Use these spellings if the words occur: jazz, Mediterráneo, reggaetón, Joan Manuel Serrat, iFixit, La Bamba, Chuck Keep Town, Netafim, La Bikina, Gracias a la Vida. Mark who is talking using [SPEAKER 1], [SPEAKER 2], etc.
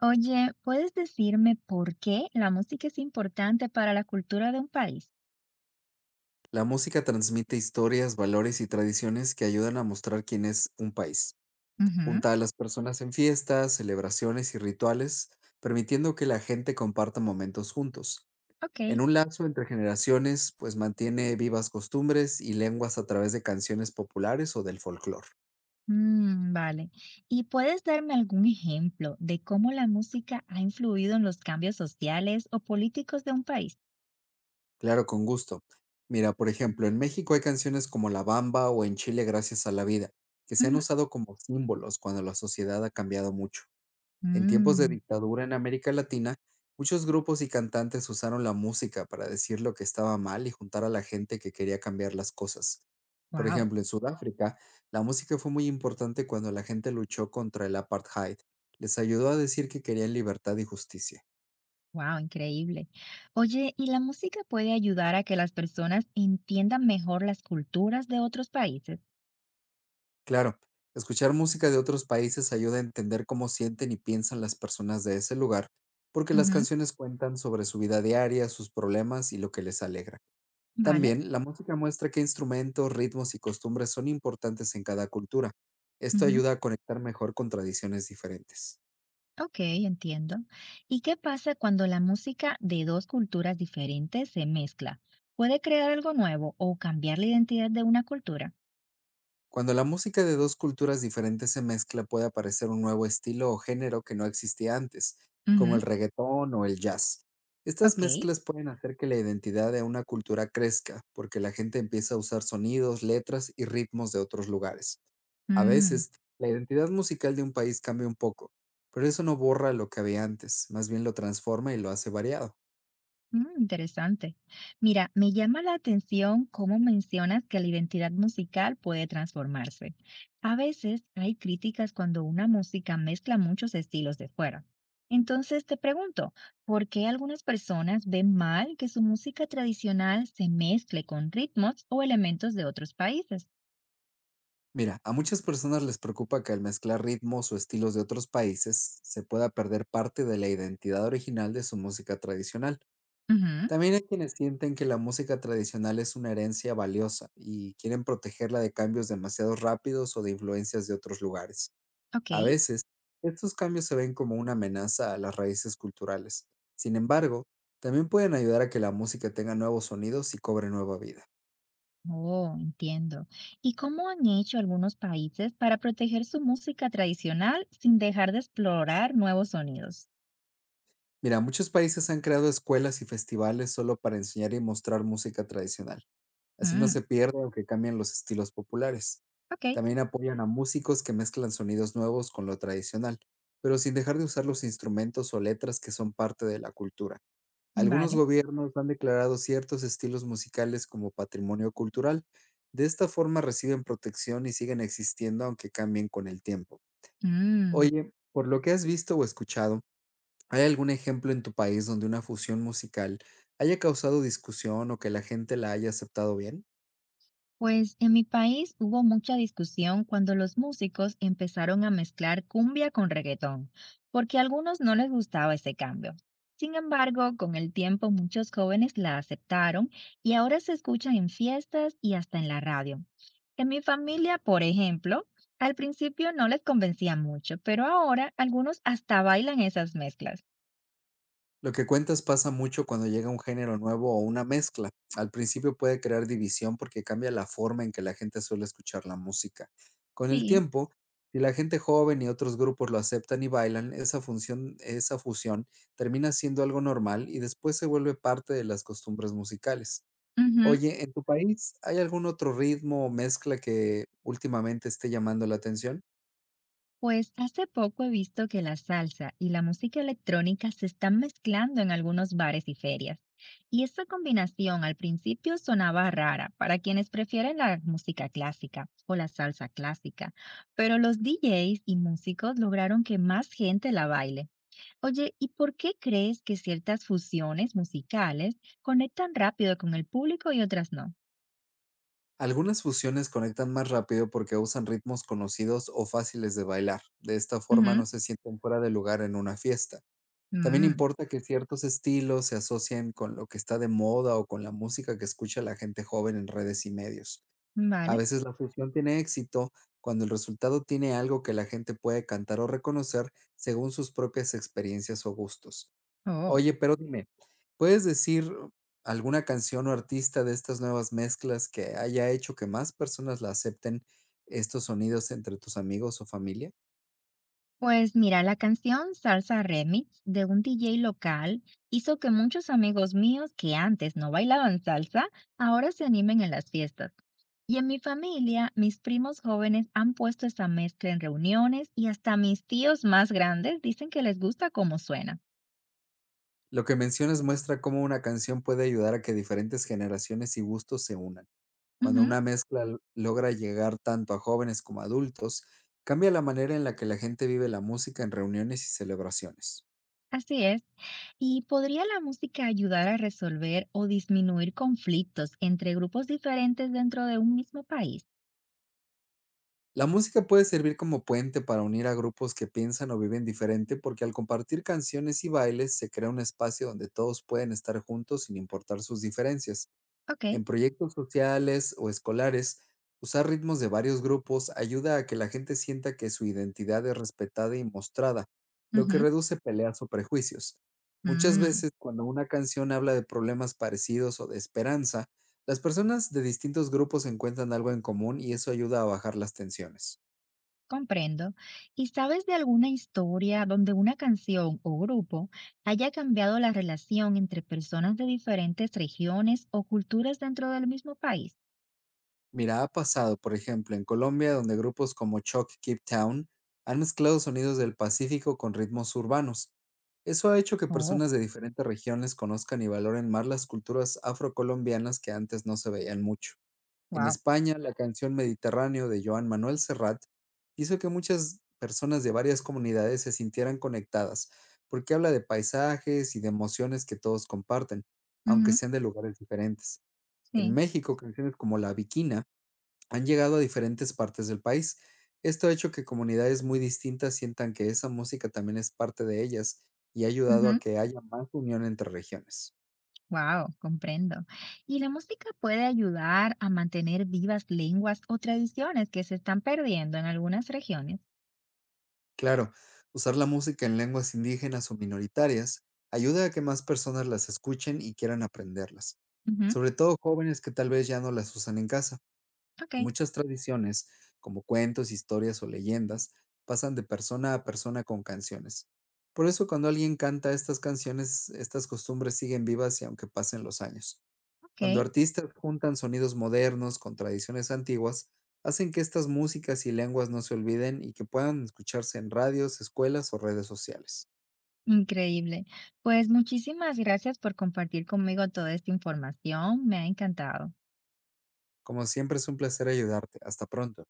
[SPEAKER 1] Oye, ¿puedes decirme por qué la música es importante para la cultura de un país?
[SPEAKER 2] La música transmite historias, valores y tradiciones que ayudan a mostrar quién es un país.
[SPEAKER 1] Ujú.
[SPEAKER 2] Junta a las personas en fiestas, celebraciones y rituales, permitiendo que la gente comparta momentos juntos.
[SPEAKER 1] Ok,
[SPEAKER 2] En un lazo entre generaciones, pues mantiene vivas costumbres y lenguas a través de canciones populares o del folclore.
[SPEAKER 1] mm, vale. ¿Y puedes darme algún ejemplo de cómo la música ha influido en los cambios sociales o políticos de un país?
[SPEAKER 2] Claro, con gusto. Mira, por ejemplo, en México hay canciones como La Bamba o en Chile Gracias a la Vida, que se han usado como símbolos cuando la sociedad ha cambiado mucho. En tiempos de dictadura en América Latina, muchos grupos y cantantes usaron la música para decir lo que estaba mal y juntar a la gente que quería cambiar las cosas. Por
[SPEAKER 1] Wow,
[SPEAKER 2] ejemplo, en Sudáfrica, la música fue muy importante cuando la gente luchó contra el apartheid. Les ayudó a decir que querían libertad y justicia.
[SPEAKER 1] wow, increíble. Oye, ¿y la música puede ayudar a que las personas entiendan mejor las culturas de otros países?
[SPEAKER 2] Claro, escuchar música de otros países ayuda a entender cómo sienten y piensan las personas de ese lugar, porque las
[SPEAKER 1] Ujú.
[SPEAKER 2] canciones cuentan sobre su vida diaria, sus problemas y lo que les alegra.
[SPEAKER 1] Vale.
[SPEAKER 2] También, la música muestra qué instrumentos, ritmos y costumbres son importantes en cada cultura. Esto
[SPEAKER 1] Ujú.
[SPEAKER 2] ayuda a conectar mejor con tradiciones diferentes.
[SPEAKER 1] Ok, entiendo. ¿Y qué pasa cuando la música de dos culturas diferentes se mezcla? ¿Puede crear algo nuevo o cambiar la identidad de una cultura?
[SPEAKER 2] Cuando la música de dos culturas diferentes se mezcla, puede aparecer un nuevo estilo o género que no existía antes, como
[SPEAKER 1] Ujú,
[SPEAKER 2] el reggaetón o el jazz. Estas
[SPEAKER 1] ok.
[SPEAKER 2] mezclas pueden hacer que la identidad de una cultura crezca, porque la gente empieza a usar sonidos, letras y ritmos de otros lugares. A
[SPEAKER 1] Mm.
[SPEAKER 2] veces, la identidad musical de un país cambia un poco, pero eso no borra lo que había antes, más bien lo transforma y lo hace variado.
[SPEAKER 1] Mm, interesante. Mira, me llama la atención cómo mencionas que la identidad musical puede transformarse. A veces hay críticas cuando una música mezcla muchos estilos de fuera. Entonces te pregunto, ¿por qué algunas personas ven mal que su música tradicional se mezcle con ritmos o elementos de otros países?
[SPEAKER 2] Mira, a muchas personas les preocupa que al mezclar ritmos o estilos de otros países se pueda perder parte de la identidad original de su música tradicional.
[SPEAKER 1] Ujú,
[SPEAKER 2] También hay quienes sienten que la música tradicional es una herencia valiosa y quieren protegerla de cambios demasiado rápidos o de influencias de otros lugares.
[SPEAKER 1] ok.
[SPEAKER 2] A veces, estos cambios se ven como una amenaza a las raíces culturales. Sin embargo, también pueden ayudar a que la música tenga nuevos sonidos y cobre nueva vida.
[SPEAKER 1] Oh, entiendo. ¿Y cómo han hecho algunos países para proteger su música tradicional sin dejar de explorar nuevos sonidos?
[SPEAKER 2] Mira, muchos países han creado escuelas y festivales solo para enseñar y mostrar música tradicional. Así no
[SPEAKER 1] Mm,
[SPEAKER 2] se pierde aunque cambien los estilos populares.
[SPEAKER 1] ok,
[SPEAKER 2] También apoyan a músicos que mezclan sonidos nuevos con lo tradicional, pero sin dejar de usar los instrumentos o letras que son parte de la cultura. Algunos
[SPEAKER 1] vale.
[SPEAKER 2] gobiernos han declarado ciertos estilos musicales como patrimonio cultural. De esta forma reciben protección y siguen existiendo aunque cambien con el tiempo.
[SPEAKER 1] Mm,
[SPEAKER 2] Oye, por lo que has visto o escuchado, ¿hay algún ejemplo en tu país donde una fusión musical haya causado discusión o que la gente la haya aceptado bien?
[SPEAKER 1] pues en mi país hubo mucha discusión cuando los músicos empezaron a mezclar cumbia con reggaetón, porque a algunos no les gustaba ese cambio. Sin embargo, con el tiempo muchos jóvenes la aceptaron y ahora se escucha en fiestas y hasta en la radio. En mi familia, por ejemplo, al principio no les convencía mucho, pero ahora algunos hasta bailan esas mezclas.
[SPEAKER 2] Lo que cuentas pasa mucho cuando llega un género nuevo o una mezcla. Al principio puede crear división porque cambia la forma en que la gente suele escuchar la música. Con el
[SPEAKER 1] Sí.
[SPEAKER 2] tiempo, si la gente joven y otros grupos lo aceptan y bailan, esa fusión termina siendo algo normal y después se vuelve parte de las costumbres musicales.
[SPEAKER 1] Ujú.
[SPEAKER 2] Oye, ¿en tu país hay algún otro ritmo o mezcla que últimamente esté llamando la atención?
[SPEAKER 1] Pues hace poco he visto que la salsa y la música electrónica se están mezclando en algunos bares y ferias. Y esa combinación al principio sonaba rara para quienes prefieren la música clásica o la salsa clásica, pero los DJs y músicos lograron que más gente la baile. Oye, ¿y por qué crees que ciertas fusiones musicales conectan rápido con el público y otras no?
[SPEAKER 2] Algunas fusiones conectan más rápido porque usan ritmos conocidos o fáciles de bailar. De esta forma
[SPEAKER 1] Ujú,
[SPEAKER 2] no se sienten fuera de lugar en una fiesta. También
[SPEAKER 1] mm,
[SPEAKER 2] importa que ciertos estilos se asocien con lo que está de moda o con la música que escucha la gente joven en redes y medios. A
[SPEAKER 1] vale.
[SPEAKER 2] veces la fusión tiene éxito cuando el resultado tiene algo que la gente puede cantar o reconocer según sus propias experiencias o gustos.
[SPEAKER 1] Oh.
[SPEAKER 2] Oye, pero dime, ¿puedes decir alguna canción o artista de estas nuevas mezclas que haya hecho que más personas la acepten, estos sonidos entre tus amigos o familia?
[SPEAKER 1] Pues mira, la canción Salsa Remix de un DJ local hizo que muchos amigos míos que antes no bailaban salsa, ahora se animen en las fiestas. Y en mi familia, mis primos jóvenes han puesto esa mezcla en reuniones y hasta mis tíos más grandes dicen que les gusta cómo suena.
[SPEAKER 2] Lo que mencionas muestra cómo una canción puede ayudar a que diferentes generaciones y gustos se unan. Cuando
[SPEAKER 1] Ujú,
[SPEAKER 2] una mezcla logra llegar tanto a jóvenes como a adultos, cambia la manera en la que la gente vive la música en reuniones y celebraciones.
[SPEAKER 1] así es. ¿Y podría la música ayudar a resolver o disminuir conflictos entre grupos diferentes dentro de un mismo país?
[SPEAKER 2] La música puede servir como puente para unir a grupos que piensan o viven diferente porque al compartir canciones y bailes se crea un espacio donde todos pueden estar juntos sin importar sus diferencias.
[SPEAKER 1] Ok.
[SPEAKER 2] En proyectos sociales o escolares, usar ritmos de varios grupos ayuda a que la gente sienta que su identidad es respetada y mostrada, lo que
[SPEAKER 1] Ujú,
[SPEAKER 2] reduce peleas o prejuicios. Muchas
[SPEAKER 1] mm.
[SPEAKER 2] veces cuando una canción habla de problemas parecidos o de esperanza, las personas de distintos grupos encuentran algo en común y eso ayuda a bajar las tensiones.
[SPEAKER 1] Comprendo. ¿Y sabes de alguna historia donde una canción o grupo haya cambiado la relación entre personas de diferentes regiones o culturas dentro del mismo país?
[SPEAKER 2] Mira, ha pasado, por ejemplo, en Colombia, donde grupos como Chuck Keep Town han mezclado sonidos del Pacífico con ritmos urbanos. Eso ha hecho que
[SPEAKER 1] Oh,
[SPEAKER 2] personas de diferentes regiones conozcan y valoren más las culturas afrocolombianas que antes no se veían mucho. En
[SPEAKER 1] wow.
[SPEAKER 2] España, la canción Mediterráneo de Joan Manuel Serrat hizo que muchas personas de varias comunidades se sintieran conectadas, porque habla de paisajes y de emociones que todos comparten, aunque sean de lugares diferentes. En
[SPEAKER 1] Sí.
[SPEAKER 2] México, canciones como La Bikina han llegado a diferentes partes del país. Esto ha hecho que comunidades muy distintas sientan que esa música también es parte de ellas y ha ayudado a que haya más unión entre regiones.
[SPEAKER 1] Wow, comprendo. ¿Y la música puede ayudar a mantener vivas lenguas o tradiciones que se están perdiendo en algunas regiones?
[SPEAKER 2] Claro, usar la música en lenguas indígenas o minoritarias ayuda a que más personas las escuchen y quieran aprenderlas,
[SPEAKER 1] Ujú,
[SPEAKER 2] sobre todo jóvenes que tal vez ya no las usan en casa.
[SPEAKER 1] ok,
[SPEAKER 2] Muchas tradiciones, como cuentos, historias o leyendas, pasan de persona a persona con canciones. Por eso cuando alguien canta estas canciones, estas costumbres siguen vivas y aunque pasen los años.
[SPEAKER 1] ok.
[SPEAKER 2] Cuando artistas juntan sonidos modernos con tradiciones antiguas, hacen que estas músicas y lenguas no se olviden y que puedan escucharse en radios, escuelas o redes sociales.
[SPEAKER 1] Increíble. Pues muchísimas gracias por compartir conmigo toda esta información. Me ha encantado.
[SPEAKER 2] Como siempre es un placer ayudarte. Hasta pronto.